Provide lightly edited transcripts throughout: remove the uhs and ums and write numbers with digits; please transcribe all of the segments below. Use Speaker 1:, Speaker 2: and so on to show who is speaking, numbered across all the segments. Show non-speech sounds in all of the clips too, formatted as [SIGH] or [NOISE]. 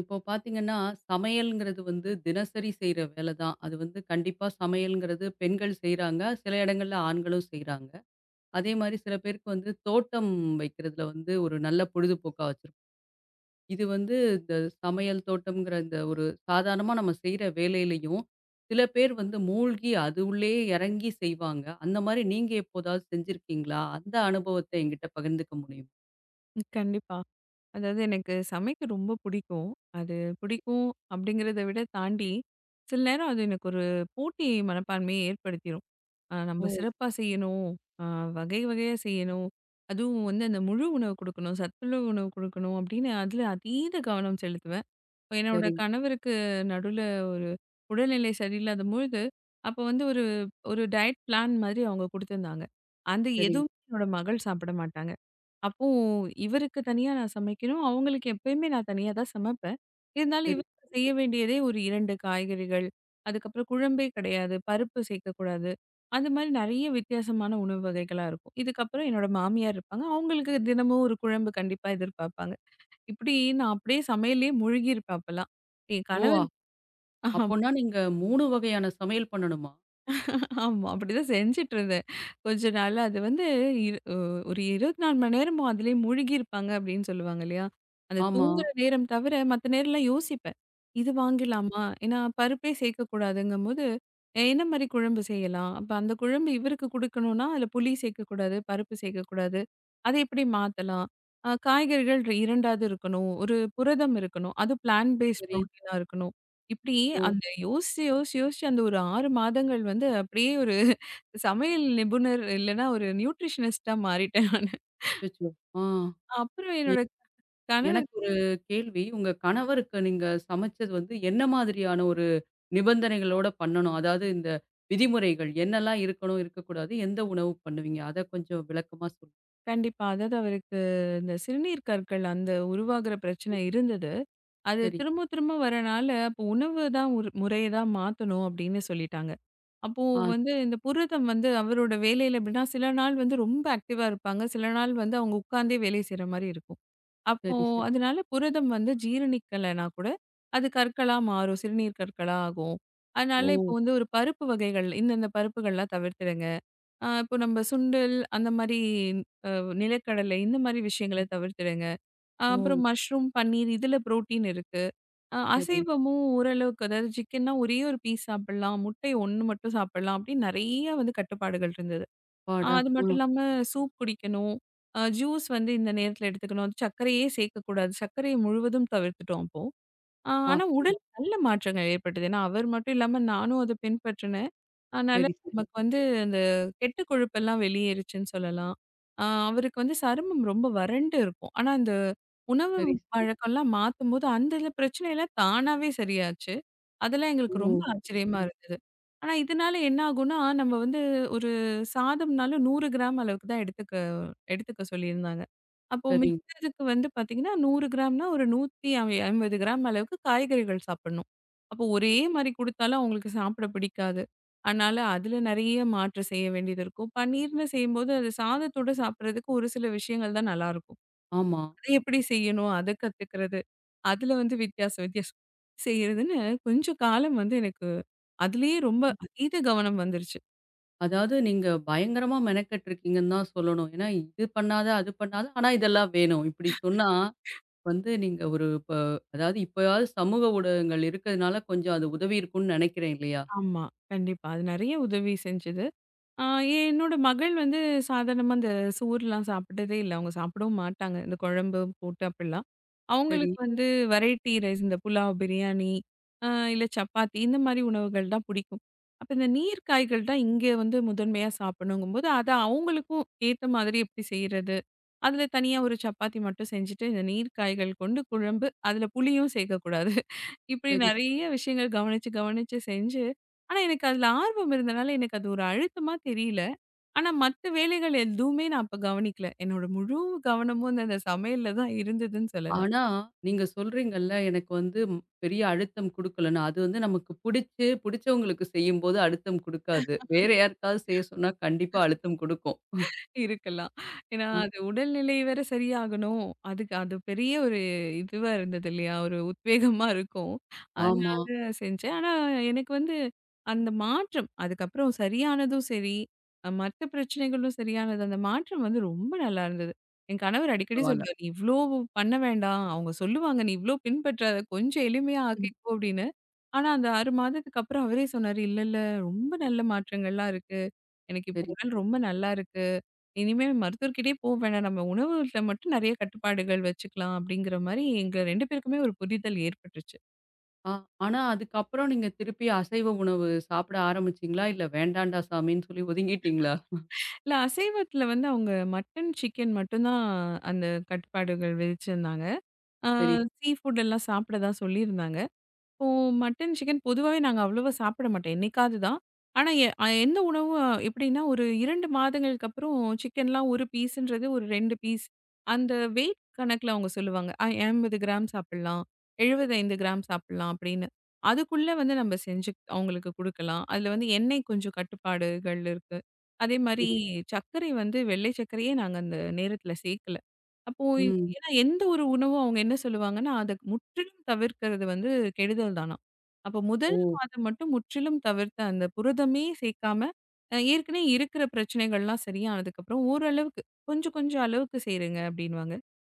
Speaker 1: இப்போ பார்த்தீங்கன்னா, சமையல்ங்கிறது வந்து தினசரி செய்ற வேல தான். அது வந்து கண்டிப்பா சமையல்ங்கிறது பெண்கள் செய்றாங்க. சில இடங்கள்ல ஆண்களும் செய்றாங்க. அதேமாரி சில பேருக்கு வந்து தோட்டம் வைக்கிறதுல வந்து ஒரு நல்ல பொழுதுபோக்கா வச்சிருப்போம். இது வந்து இந்த சமையல், தோட்டம்ங்கிற இந்த ஒரு சாதாரணமா நம்ம செய்ற வேலையிலயும், சில பேர் வந்து மூழ்கி அது உள்ளயே இறங்கி செய்வாங்க. அந்த மாரி நீங்க எப்போதாவது செஞ்சிருக்கீங்களா? அந்த அனுபவத்த என்கிட்ட பகிர்ந்துக்க முடியுமா?
Speaker 2: ம். கண்டிப்பா. அதாவது எனக்கு சமைக்க ரொம்ப பிடிக்கும். அது
Speaker 1: சரி.
Speaker 2: பிடிக்கும் அப்படிங்கிறத விட தாண்டி, சில நேரம் அது எனக்கு ஒரு போட்டி மனப்பான்மையை ஏற்படுத்திரும். நம்ம
Speaker 1: ஓ!
Speaker 2: சிறப்பா செய்யணும், அ வகை வகையா செய்யணும், அதுவும் வந்து அந்த முழு உணவு குடுக்கணும், சத்துணவு உணவு குடுக்கணும் அப்படின்னு அதில அதீத கவனம் செலுத்துவேன். இப்ப என்னோட
Speaker 1: சரிங்க,
Speaker 2: கணவருக்கு நடுவுல ஒரு உடல்நிலை சரியில்லாத பொழுது, அப்ப வந்து ஒரு ஒரு டயட் பிளான் மாதிரி அவங்க குடுத்திருந்தாங்க. அந்த
Speaker 1: சரிங்க,
Speaker 2: எதுவுமே என்னோட மகள் சாப்பிட மாட்டாங்க. அப்போ இவருக்கு தனியா நான் சமைக்கணும். அவங்களுக்கு எப்பயுமே நான் தனியா தான் சமைப்பேன். இருந்தாலும்
Speaker 1: சரி.
Speaker 2: இவருக்கு செய்ய வேண்டியதே ஒரு 2 காய்கறிகள். அதுக்கப்புறம் குழம்பே கிடையாது. பருப்பு சேர்க்கக்கூடாது. அந்த மாரி நெறைய வித்தியாசமான உணவு வகைகளா இருக்கும். இதுக்கப்புறம் என்னோட மாமியார் இருப்பாங்க. அவங்களுக்கு தினமும் ஒரு குழம்பு கண்டிப்பா எதிர்பார்ப்பாங்க. இப்படி நான் அப்படியே சமையல்லயே மூழ்கியிருப்பேன் அப்பலாம். என்
Speaker 1: ஓ!
Speaker 2: கணவர்
Speaker 1: அப்போனா நீங்க 3 வகையான சமையல் பண்ணணுமா?
Speaker 2: ஆமா. அப்படிதான் செஞ்சுட்டுருந்தேன். கொஞ்ச நாளா அது வந்து இரு அ ஒரு 24 மணி நேரமும் அதிலேயே மூழ்கியிருப்பாங்க அப்படின்னு சொல்லுவாங்க இல்லையா? அந்த
Speaker 1: ஆமா.
Speaker 2: தூங்குற நேரம் தவிர மத்த நேரம்லாம் யோசிப்பேன். இது வாங்கிடலாமா? ஏன்னா பருப்பே சேர்க்கக்கூடாதுங்கும்போது, என்ன மாரி குழம்பு செய்யலாம்? அப்ப அந்த குழம்பு இவருக்கு குடுக்கணும்னா, அதில புளி சேர்க்கக்கூடாது, பருப்பு சேர்க்கக்கூடாது. அதை எப்படி மாத்தலாம்? காய்கறிகள் 2 இருக்கணும். ஒரு புரதம் இருக்கணும். அது பிளான்ட் பேஸ்ட்
Speaker 1: சரி.
Speaker 2: புரோட்டீனா இருக்கணும். இப்டி
Speaker 1: ஓ!
Speaker 2: அந்த யோசிச்சு, யோசிச்சு, யோசிச்சு அந்த ஒரு 6 மாதங்கள் வந்து அப்டியே ஒரு சமையல் நிபுணர் இல்லன்னா ஒரு நியூட்ரிஷனிஸ்ட்டா மாறிட்டேன் நானு.
Speaker 1: அச்சச்சோ! ஆ.
Speaker 2: அப்புறம்
Speaker 1: எ
Speaker 2: என்னோட கணவர்
Speaker 1: எனக்கு ஒரு கேள்வி. உங்க கணவருக்கு நீங்க சமைச்சது வந்து என்ன மாதிரியான ஒரு நிபந்தனைகளோட பண்ணணும்? அதாவது இந்த விதிமுறைகள் என்னெல்லாம் இருக்கணும், இருக்கக்கூடாது? எந்த உணவு பண்ணுவீங்க? அத கொஞ்சம் விளக்கமா சொல்லுங்க.
Speaker 2: கண்டிப்பா. அதாவது அவருக்கு இந்த சிறுநீர் கற்கள் அந்த உருவாகுற பிரச்சனை இருந்தது. அது
Speaker 1: சரி.
Speaker 2: திரும்ப திரும்ப வரனால அப்போ உணவு தான் ஒரு முறைய தான் மாத்தணும் அப்டின்னு சொல்லிட்டாங்க. அப்போ
Speaker 1: ஆ.
Speaker 2: வந்து இந்த புரதம் வந்து அவரோட வேலையில எப்டின்னா சில நாள் வந்து ரொம்ப ஆக்டிவா இருப்பாங்க. சில நாள் வந்து அவங்க உட்கார்ந்தே வேலை செய்ற மாரி இருக்கும். அப்போ
Speaker 1: சரி, சரி.
Speaker 2: அதனால புரதம் வந்து ஜீரணிக்கலைனா கூட அது கற்களா மாறும். சிறுநீர் கற்களா ஆகும். அதனால இப்போ
Speaker 1: ஓ!
Speaker 2: வந்து ஒரு பருப்பு வகைகள் இந்தந்த பருப்புகள்லாம் தவிர்த்துடுங்க. இப்போ நம்ம சுண்டல் அந்த மாரி அ நிலக்கடலை இந்த மாரி விஷயங்கள
Speaker 1: ம்.
Speaker 2: தவிர்த்துடுங்க.
Speaker 1: ஓ!
Speaker 2: அப்புறம் மஷ்ரூம், பன்னீர் இதில புரோட்டீன் இருக்கு.
Speaker 1: சரி.
Speaker 2: அசைவமும் ஓரளவுக்கு அதாவது சிக்கன்னா ஒரே ஒரு பீஸ் சாப்பிடலாம். முட்டை 1 மட்டும் சாப்பிடலாம். அப்படின்னு நெறைய வந்து கட்டுப்பாடுகள் இருந்தது.
Speaker 1: அப்பாடா!
Speaker 2: அது
Speaker 1: ஆ.
Speaker 2: மட்டும் இல்லாம சூப் குடிக்கணும். ஜூஸ் வந்து இந்த நேரத்தில எடுத்துக்கணும். அது சர்க்கரையே சேர்க்கக்கூடாது. சர்க்கரைய முழுவதும் தவிர்த்துட்டோம் அப்போ.
Speaker 1: அப்பா.
Speaker 2: ஆனா உடல் நல்ல மாற்றங்கள் ஏற்பட்டது. ஏன்னா, அவர் மட்டும் இல்லாம நானும் அத பின்பற்றினேன். அதனால
Speaker 1: சரி, சரி.
Speaker 2: நமக்கு வந்து அந்த கெட்ட கொழுப்பெல்லாம் வெளியேறுச்சுன்னு சொல்லலாம். அவருக்கு வந்து சருமம் ரொம்ப வறண்டு இருக்கும். ஆனா, அந்த உணவு
Speaker 1: சரி, சரி.
Speaker 2: பழக்கம்லாம் மாத்தும்போது அந்த இதில பிரச்சனைலாம் தானாவே சரியாச்சு. அதெல்லாம்
Speaker 1: ஓ!
Speaker 2: எங்களுக்கு ரொம்ப
Speaker 1: சரி,
Speaker 2: ஆச்சரியமா
Speaker 1: சரி.
Speaker 2: இருந்தது. ஆனா, இதனால என்ன ஆகும்னா, நம்ம வந்து ஒரு சாதம்னாலும் 100 கிராம் அளவுக்கு தான் எடுத்துக்கணும். எடுத்துக்க சொல்லியிருந்தாங்க. அப்போ
Speaker 1: சரிங்க.
Speaker 2: மிச்சதுக்கு வந்து பார்த்தீங்கன்னா, 100 கிராம்னா ஒரு 150 கிராம் அளவுக்கு காய்கறிகள் சாப்பிடணும். அப்போ ஒரே மாரி குடுத்தாலும் அவங்களுக்கு சாப்பிட பிடிக்காது. அதனால அதில நெறைய மாற்று செய்ய வேண்டியது இருக்கும். பன்னீர்ன்னு செய்யும்போது அது சாதத்தோட சாப்பிடுறதுக்கு ஒரு சில விஷயங்கள் தான் நல்லாருக்கும்.
Speaker 1: ஆமா.
Speaker 2: அதை எப்படி செய்யணும்? அத கத்துக்கிறது. அதில வந்து வித்தியாசம் வித்தியாசம் செய்றதுன்னு கொஞ்சம் காலம் வந்து எனக்கு அதிலேயே ரொம்ப அதீத கவனம் வந்துருச்சு.
Speaker 1: அதாவது நீங்க பயங்கரமா மெனக்கெட்டுருக்கீங்கன்னு தான் சொல்லணும். ஏன்னா, இது பண்ணாத, அது பண்ணாத, ஆனா இதெல்லாம் வேணும். இப்படி சொன்னா வந்து நீங்க ஒரு இப்ப அதாவது இப்பயாவது சமூக ஊடகங்கள் இருக்கிறதுனால கொஞ்சம் அது உதவி இருக்கும்னு நெனைக்கிறேன் இல்லையா?
Speaker 2: ஆமா. கண்டிப்பா. அது நெறைய உதவி செஞ்சது. ஆ என்னோட மகள் வந்து சாதாரணமா இந்த சோறுலாம் சாப்பிட்டதே இல்ல. அவங்க சாப்பிடவும் மாட்டாங்க. இந்த குழம்பு கூட்டு அப்டிலாம்.
Speaker 1: சரி,
Speaker 2: அவங்களுக்கு வந்து வெரைட்டி ரைஸ் இந்த புலாவ், பிரியாணி அ இல்ல சப்பாத்தி இந்த மாரி உணவுகள் தான் பிடிக்கும். அப்ப இந்த நீர் காய்கள் தான் இங்க வந்து முதன்மையா சாப்பிடணுங்கும்போது, அத அவங்களுக்கும் ஏத்த மாதிரி எப்படி செய்றது? அதுல தனியா ஒரு சப்பாத்தி மட்டும் செஞ்சுட்டு இந்த நீர் காய்கள் கொண்டு குழம்பு, அதுல புளியும் சேர்க்கக்கூடாது. இப்படி
Speaker 1: சரி.
Speaker 2: நெறைய விஷயங்கள் கவனிச்சு, கவனிச்சு செஞ்சு, ஆனா எனக்கு அதுல ஆர்வம் இருந்தனால, எனக்கு அது ஒரு அழுத்தமா தெரியல. ஆனா மத்த வேலைகள் எதுவுமே நான் அப்ப கவனிக்கல. என்னோட முழு கவனமும் அந்த அந்த சமையல்ல தான் இருந்ததுன்னு சொல்லலாம்.
Speaker 1: ஆனா நீங்க சொல்றீங்கல்ல, எனக்கு வந்து ம், பெரிய அழுத்தம் குடுக்கலன்னு. அது வந்து நமக்கு புடிச்சு, புடிச்சவங்களுக்கு செய்யும்போது அழுத்தம் குடுக்காது. வேற யாருக்காவது செய்ய சொன்னா கண்டிப்பா அழுத்தம் குடுக்கும்.
Speaker 2: இருக்கலாம். ஏன்னா,
Speaker 1: அ
Speaker 2: அது உடல்நிலை வேற சரியாகணும். அதுக்கு அது பெரிய ஒரு இதுவா இருந்தது இல்லையா? ஒரு உத்வேகமா இருக்கும்.
Speaker 1: ஆமா.
Speaker 2: அதனால செஞ்சேன். ஆனா, எனக்கு வந்து அந்த மாற்றம் அதுக்கப்புறம் சரியானதும் சரி, மத்த பிரச்சனைகளும் சரியானது. அந்த மாற்றம் வந்து ரொம்ப நல்லா இருந்தது. என் கணவர் அடிக்கடி
Speaker 1: பரவால்ல.
Speaker 2: சொல்லுவாரு, "நீ இவ்ளோ பண்ண வேண்டாம். அவங்க சொல்லுவாங்க. நீ இவ்ளோ பின்பற்றாத. கொஞ்சம் எளிமையா
Speaker 1: ம்.
Speaker 2: ஆக்கிக்கோ" அப்படின்னு. ஆனா, அந்த 6 மாதத்துக்கு அப்புறம் அவரே சொன்னாரு, "இல்ல, இல்ல ரொம்ப நல்ல மாற்றங்கள்லாம் இருக்கு. எனக்கு இப்போ
Speaker 1: சரி.
Speaker 2: உடல் ரொம்ப நல்லா இருக்கு." இனிமே மருத்துவர்கிட்டயே போ வேணாம். நம்ம உணவுல மட்டும் நெறைய கட்டுப்பாடுகள் வச்சுக்கலாம் அப்படிங்கிற மாரி எங்க 2 பேருக்குமே ஒரு புரிதல் ஏற்பட்டுருச்சு.
Speaker 1: ஆ, ஆனா அதுக்கப்புறம் நீங்க திருப்பி அசைவ உணவு சாப்பிட ஆரம்பிச்சீங்களா? இல்ல வேண்டான்டா சாமின்னு சொல்லி ஒதுங்கிட்டீங்களா?
Speaker 2: இல்ல அசைவத்துல வந்து அவங்க மட்டன், சிக்கன் மட்டும் தான் அந்த கட்டுப்பாடுகள் விதிச்சிருந்தாங்க. ஆ
Speaker 1: சரி,
Speaker 2: சீ ஃபுட் எல்லாம் சாப்பிட தான் சொல்லியிருந்தாங்க. இப்போ மட்டன், சிக்கன் பொதுவாவே நாங்க அவ்வளவா சாப்பிட மாட்டோம். என்னைக்காவது தான். ஆனா எ அ எந்த உணவும் எப்படின்னா, ஒரு 2 மாதங்களுக்கு அப்புறம் சிக்கன்லாம் 1 பீஸ்ன்றது ஒரு 2 பீஸ். அந்த வெயிட் கணக்குல அவங்க சொல்லுவாங்க. 80 கிராம் சாப்பிடலாம். 75 கிராம் சாப்பிடலாம் அப்படின்னு. அதுக்குள்ள வந்து நம்ம செஞ்சு அவங்களுக்கு குடுக்கலாம். அதுல வந்து எண்ணெய் கொஞ்சம் கட்டுப்பாடுகள் இருக்கு. அதே மாரி
Speaker 1: சரி.
Speaker 2: சர்க்கரை வந்து வெள்ளை சர்க்கரையே நாங்க அந்த நேரத்துல சேர்க்கல. அப்போ
Speaker 1: ம்.
Speaker 2: ஏன்னா எந்த ஒரு உணவும் அவங்க என்ன சொல்லுவாங்கன்னா, அத முற்றிலும் தவிர்க்கிறது வந்து கெடுதல் தானாம். அப்ப முதல்
Speaker 1: ஓ!
Speaker 2: மாதம் மட்டும் முற்றிலும் தவிர்த்த அந்த புரதமே சேர்க்காம, ஏற்கனவே இருக்கிற பிரச்சனைகள்லாம் சரியானதுக்கப்புறம் ஓரளவுக்கு, கொஞ்சம் கொஞ்சம் அளவுக்கு செய்றேங்க அப்படின்னுவாங்க.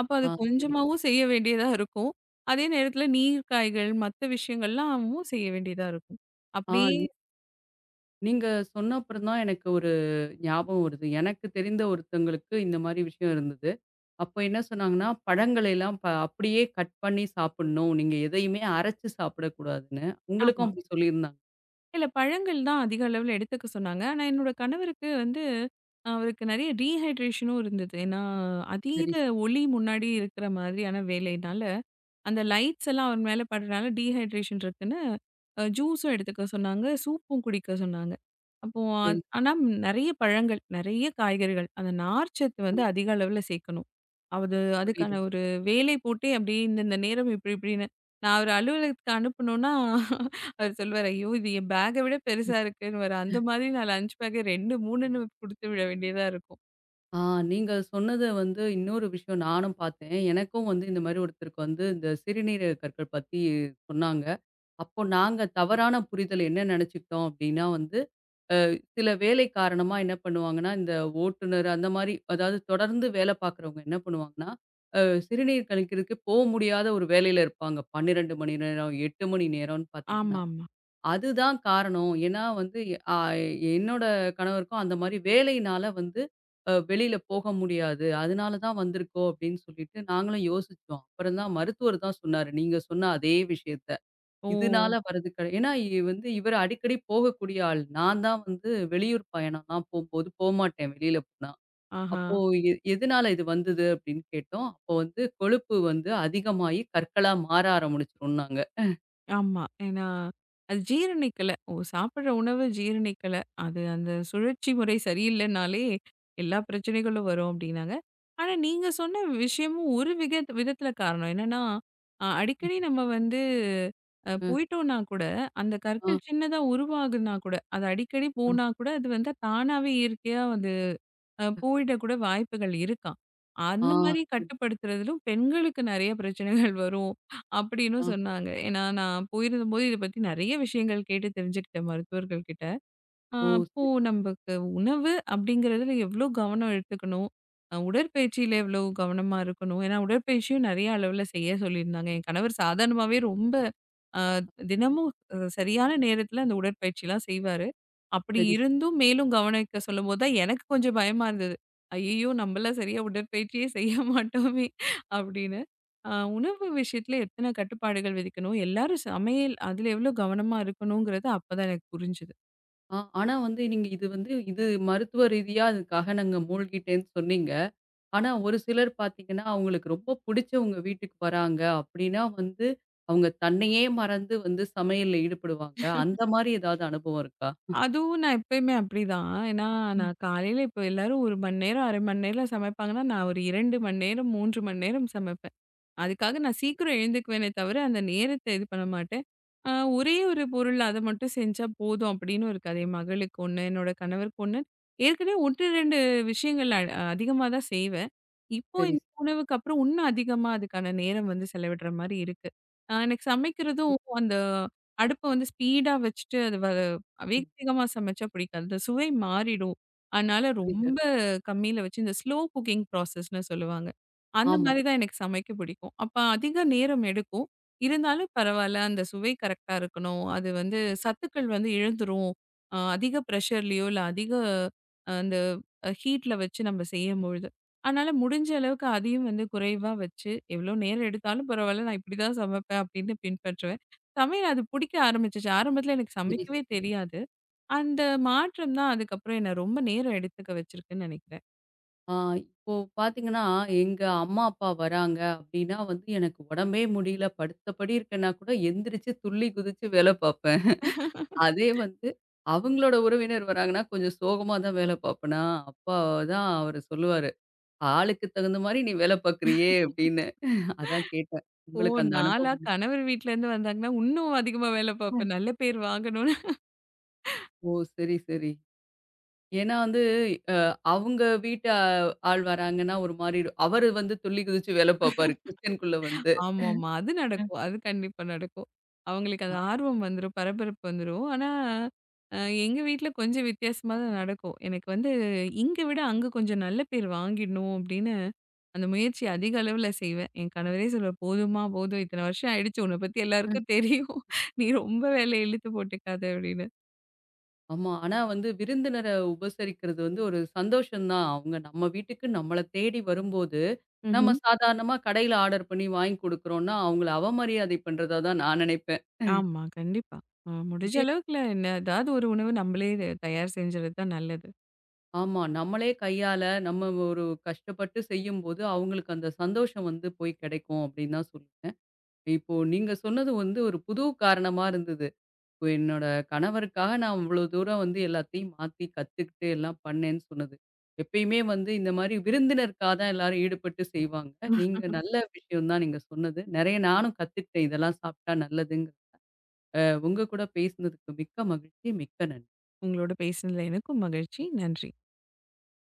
Speaker 2: அப்ப அது
Speaker 1: ஆ சரி.
Speaker 2: கொஞ்சமாவும் செய்ய வேண்டியதா இருக்கும். அதே நேரத்தில நீர், காய்கள் மத்த விஷயங்கள்லாமும் செய்ய வேண்டியதா இருக்கும்.
Speaker 1: ஆ
Speaker 2: அப்படியே
Speaker 1: நீங்க சொன்ன அப்புறம் தான் எனக்கு ஒரு ஞாபகம் வருது. எனக்கு தெரிந்த ஒருத்தங்களுக்கு இந்த மாரி விஷயம் இருந்தது. அப்ப என்ன சொன்னாங்கன்னா, பழங்களையெல்லாம் அப்படியே கட் பண்ணி சாப்பிடணும். நீங்க எதையுமே அரைச்சு சாப்பிடக்கூடாதுன்னு. உங்களுக்கும்
Speaker 2: ஆமா.
Speaker 1: அப்படி சொல்லியிருந்தாங்க.
Speaker 2: இல்ல பழங்கள் தான் அதிக அளவுல எடுத்துக்க சொன்னாங்க. ஆனா என்னோட கணவருக்கு வந்து அவருக்கு நெறைய டீஹைட்ரேஷனும் இருந்தது. ஏன்னா
Speaker 1: சரி,
Speaker 2: அதீத ஒளி முன்னாடி இருக்கிற மாதிரியான வேலையினால, அந்த லைட்ஸ் எல்லாம் அவர் மேல படுறனால டீஹைட்ரேஷன் இருக்குன்னு ஜூஸும் எடுத்துக்க சொன்னாங்க. சூப்பும் குடிக்க சொன்னாங்க. அப்போ
Speaker 1: சரி.
Speaker 2: ஆனா நெறைய பழங்கள், நெறைய காய்கறிகள் அந்த நார்ச்சத்து
Speaker 1: ஆ
Speaker 2: வந்து அதிக அளவுல சேர்க்கணும். அது
Speaker 1: புரியுது.
Speaker 2: அதுக்கான ஒரு வேலை போட்டே அப்படியே இந்த இந்த நேரம் இப்படி இப்படின்னு நான் ஒரு அலுவலகத்துக்கு அனுப்பணும்னா அவரு சொல்லுவாரு, "ஐயோ! இது என் பேக்க விட பெருசா இருக்குன்னுவாரு." அந்த மாதிரி நான் லஞ்ச் பேக்க 2, 3ன்னு குடுத்து விட வேண்டியதா இருக்கும்.
Speaker 1: ஆ நீங்க சொன்னது வந்து இன்னொரு விஷயம் நானும் பார்த்தேன். எனக்கும் வந்து இந்த மாரி ஒருத்தருக்கு வந்து இந்த சிறுநீரக கற்கள் பத்தி சொன்னாங்க. அப்போ நாங்க தவறான புரிதல் என்ன நெனச்சுக்கிட்டோம் அப்டின்னா வந்து, சில வேலை காரணமா என்ன பண்ணுவாங்கன்னா, இந்த ஓட்டுநர் அந்த மாரி அதாவது தொடர்ந்து வேல பார்க்குறவங்க என்ன பண்ணுவாங்கன்னா, அ சிறுநீர் கழிக்கிறதுக்கு போ முடியாத ஒரு வேலையில இருப்பாங்க. 12 மணி நேரம், 8 மணி நேரம்னு பார்த்தீங்கன்னா,
Speaker 2: ஆமாமா.
Speaker 1: அதுதான் காரணம். ஏன்னா வந்து அ என்னோட கணவருக்கும் அந்த மாரி வேலையினால வந்து வெளியில போக முடியாது. அதனால தான் வந்திருக்கோம் அப்படின்னு சொல்லிட்டு நாங்களும் யோசிச்சோம். அப்புறம் தான் மருத்துவர் தான் சொன்னாரு. நீங்க சொன்ன அதே விஷயத்த. இதனால
Speaker 2: ஓ!
Speaker 1: வரது கிடை ஏன்னா வந்து இவர் அடிக்கடி போகக்கூடிய ஆள். நான் தான் வந்து வெளியூர் பயணம்லாம் போம்போது போமாட்டேன் வெளியில போனா.
Speaker 2: ஆஹா.
Speaker 1: அப்போ எதனால இது வந்தது அப்படின்னு கேட்டோம். அப்போ வந்து கொழுப்பு வந்து அதிகமாகி கற்களா மாற ஆரம்பிச்சுரும்னாங்க.
Speaker 2: ஆமா. ஏன்னா, அது ஜீரணிக்கல. ஓ சாப்பிடுற உணவு ஜீரணிக்கல. அது அந்த சுழற்சி முறை சரியில்லனாலே, எல்லா பிரச்சனைகளும் வரும் அப்டின்னாங்க. ஆனா, நீங்க சொன்ன விஷயமும் ஒரு விதத்துல காரணம். என்னன்னா, அடிக்கடி நம்ம வந்து
Speaker 1: அ.
Speaker 2: போயிட்டோம்னா கூட, அந்த
Speaker 1: ஆ.
Speaker 2: கற்கள் சின்னதா உருவாகுனா கூட, அது அடிக்கடி போனா கூட, அது வந்து தானாவே இயற்கையா வந்து போயிடக்கூட வாய்ப்புகள் இருக்காம்.
Speaker 1: ஆ.
Speaker 2: அந்த மாரி
Speaker 1: சரி,
Speaker 2: கட்டுப்படுத்துறதிலும் பெண்களுக்கு நெறைய பிரச்சனைகள் வரும் அப்படின்னு
Speaker 1: ஆ.
Speaker 2: சொன்னாங்க. ஏன்னா நான் போயிருந்தபோது இத பத்தி நெறைய விஷயங்கள் கேட்டு தெரிஞ்சுக்கிட்டேன் மருத்துவர்கள் கிட்ட. ஆ,
Speaker 1: ஓ!
Speaker 2: அப்போ நமக்கு உணவு அப்படிங்கிறதுல எவ்வளோ கவனம் எடுத்துக்கணும், உடற்பயிற்சியில எவ்வளோ கவனமா இருக்கணும். ஏன்னா, உடற்பயிற்சியும் நிறைய அளவுல செய்ய சொல்லியிருந்தாங்க. என் கணவர் சாதாரணமாவே ரொம்ப அ தினமும் சரியான நேரத்தில அந்த உடற்பயிற்சிலாம் செய்வாரு. அப்படி
Speaker 1: சரி.
Speaker 2: இருந்தும் மேலும் கவனிக்க சொல்லும்போது தான் எனக்கு கொஞ்சம் பயமா இருந்தது. ஐயய்யோ! நம்மலாம் சரியா உடற்பயிற்சியே செய்ய [LAUGHS] மாட்டோமே அப்படின்னு. அ உணவு விஷயத்துல எத்தன கட்டுப்பாடுகள் விதிக்கணும், எல்லாரும் சமையல் அதில எவ்வளோ கவனமா இருக்கணுங்கிறது அப்பதான் எனக்கு புரிஞ்சது.
Speaker 1: ஆ ஆனா வந்து நீங்க இது வந்து இது மருத்துவ ரீதியா அதுக்காக நாங்க மூழ்கிட்டேன்னு சொன்னீங்க. ஆனா ஒரு சிலர் பார்த்தீங்கன்னா, அவங்களுக்கு ரொம்ப புடிச்சவங்க வீட்டுக்கு வராங்க அப்படின்னா வந்து, அவங்க தன்னையே மறந்து வந்து சமையல்ல ஈடுபடுவாங்க. அந்த மாரி ஏதாவது அனுபவம் இருக்கா?
Speaker 2: அதுவும் நான் எப்பயுமே அப்படிதான். ஏன்னா, நான் காலையில இப்போ எல்லாரும் 1 மணி நேரம், 1/2 மணி நேரம் சமைப்பாங்கன்னா, நான் ஒரு 2 மணி நேரம், 3 மணி நேரம் சமைப்பேன். அதுக்காக நான் சீக்கிரம் எழுந்துக்குவேனே தவிர, அந்த நேரத்த இது பண்ண மாட்டேன். அ ஒரே ஒரு பொருள் அத மட்டும் செஞ்சா போதும் அப்படின்னு இருக்காது. என் மகளுக்கு 1, என்னோட கணவருக்கு 1. ஏற்கனவே 1, 2 விஷயங்கள் அதிகமா தான் செய்வேன். இப்போ
Speaker 1: சரி.
Speaker 2: இந்த உணவுக்கு அப்புறம் இன்னும் அதிகமா அதுக்கான நேரம் வந்து செலவிடுற மாரி இருக்கு. எனக்கு சமைக்கிறதும் அந்த அடுப்ப வந்து ஸ்பீடா வச்சுட்டு, அது வ வேக
Speaker 1: ம்.
Speaker 2: வேகமா சமைச்சா பிடிக்காது. அந்த சுவை மாறிடும். அதனால
Speaker 1: புரியுது.
Speaker 2: ரொம்ப கம்மியில வச்சு இந்த ஸ்லோ குக்கிங் ப்ராசஸ்ன்னு சொல்லுவாங்க. அந்த ம்.
Speaker 1: ஆமா.
Speaker 2: மாதிரி தான் எனக்கு சமைக்க பிடிக்கும். அப்ப அதிக நேரம் எடுக்கும். இருந்தாலும் பரவால்ல. அந்த சுவை கரெக்ட்டா இருக்கணும். அது வந்து சத்துக்கள் வந்து இழந்துரும். அதிக ப்ரஷர்லயோ இல்ல அதிக அந்த ஹீட்ல வச்சு நம்ம செய்யும்பொழுது. அதனால முடிஞ்ச அளவுக்கு அதையும் வந்து குறைவா வச்சு, எவ்வளோ நேரம் எடுத்தாலும் பரவால்ல. நான் இப்படி தான் சமைப்பேன் அப்படின்னு பின்பற்றுவேன். சமையல் அது பிடிக்க ஆரம்பிச்சுச்சு. ஆரம்பத்துல எனக்கு
Speaker 1: சரி,
Speaker 2: சமைக்கவே
Speaker 1: சரி.
Speaker 2: தெரியாது. அந்த மாற்றம் தான் அதுக்கப்புறம் என்ன ரொம்ப நேரம் எடுத்துக்க வச்சிருக்குன்னு நினைக்கிறேன்.
Speaker 1: ஆ இப்போ பார்த்தீங்கன்னா, எங்க அம்மா, அப்பா வராங்க அப்படின்னா வந்து எனக்கு உடம்பே முடியல, படுத்த படி இருக்கேன்னா கூட எந்திரிச்சு துள்ளி குதிச்சு வேல பார்ப்பேன். அதே வந்து அவங்களோட உறவினர் வராங்கன்னா, கொஞ்சம் சோகமா தான் வேலை பார்ப்பேனா, அப்பா தான் அவரு சொல்லுவாரு, "ஆளுக்கு தகுந்த மாரி நீ வேலை பார்க்குறியே" அப்படின்னு. அதான் கேட்டேன்.
Speaker 2: ஓ!
Speaker 1: உங்களுக்கு அந்த
Speaker 2: நாளா
Speaker 1: அனுபவம்
Speaker 2: கணவர் வீட்லருந்து வந்தாங்கன்னா, இன்னும் அதிகமா வேல பார்ப்பேன். நல்ல பேர் வாங்கணும்னு
Speaker 1: ஓ! சரி, சரி. ஏன்னா வந்து அ அவங்க வீட்டு ஆ ஆள் வராங்கன்னா ஒரு மாரி அவரு வந்து துள்ளி குதிச்சு வேலை பார்ப்பாரு கிச்சனுக்குள்ள வந்து.
Speaker 2: ஆமாமா. அது
Speaker 1: ம்.
Speaker 2: நடக்கும். அது கண்டிப்பா நடக்கும். அவங்களுக்கு அது
Speaker 1: அ.
Speaker 2: ஆர்வம் வந்துரும். பரபரப்பு வந்துரும். ஆனா, அ எங்க வீட்ல கொஞ்சம் வித்தியாசமா தான் நடக்கும். எனக்கு வந்து இங்க விட அங்க கொஞ்சம் நல்ல பேர் வாங்கிடணும் அப்படின்னு, அந்த முயற்சி அதிக அளவுல செய்வேன். என் கணவரே சொல்லுவாரு, "போதும்மா போதும். இத்தன வருஷம் ஆயிடுச்சு. உன்ன பத்தி எல்லாருக்கும் தெரியும். நீ ரொம்ப வேலைய இழுத்து போட்டுக்காத" அப்படின்னு.
Speaker 1: ஆமா. ஆனா வந்து விருந்தினர உபசரிக்கிறது வந்து ஒரு சந்தோஷம் தான். அவங்க நம்ம வீட்டுக்கு நம்மள தேடி வரும்போது, நம்ம
Speaker 2: ம்ஹ்ம்.
Speaker 1: சாதாரணமா கடையில ஆர்டர் பண்ணி வாங்கி குடுக்குறோம்னா, அவங்கள அவமரியாதை பண்றதா தான் நான் நினைப்பேன்.
Speaker 2: ஆமா, கண்டிப்பா. முடிஞ்ச
Speaker 1: இதே
Speaker 2: அளவுக்குல என்ன ஏதாவது ஒரு உணவு நம்மளே தயார் செஞ்சுறது தான் நல்லது.
Speaker 1: ஆமா. நம்மளே கையால நம்ம ஒரு கஷ்டப்பட்டு செய்யும்போது, அவங்களுக்கு அந்த சந்தோஷம் வந்து போய் கிடைக்கும் அப்படின்னு தான் சொல்லுவேன். இப்போ நீங்க சொன்னது வந்து ஒரு புது காரணமா இருந்தது. இப்போ என்னோட கணவருக்காக நான் இவ்வளோ தூரம் வந்து எல்லாத்தையும் மாத்தி கத்துக்கிட்டு எல்லாம் பண்ணேன்னு சொன்னது. எப்பயுமே வந்து இந்த மாரி விருந்தினருக்கா தான் எல்லாரும் ஈடுபட்டு செய்வாங்க. நீங்க ம். நல்ல விஷயம் தான் நீங்க சொன்னது. நெறைய நானும் கத்துக்கிட்டேன். இதெல்லாம் சாப்பிட்டா நல்லதுங்க. அ உங்க கூட பேசினதுக்கு மிக்க மகிழ்ச்சி. மிக்க நன்றி.
Speaker 2: உங்களோட பேசினதுல எனக்கும் மகிழ்ச்சி. நன்றி.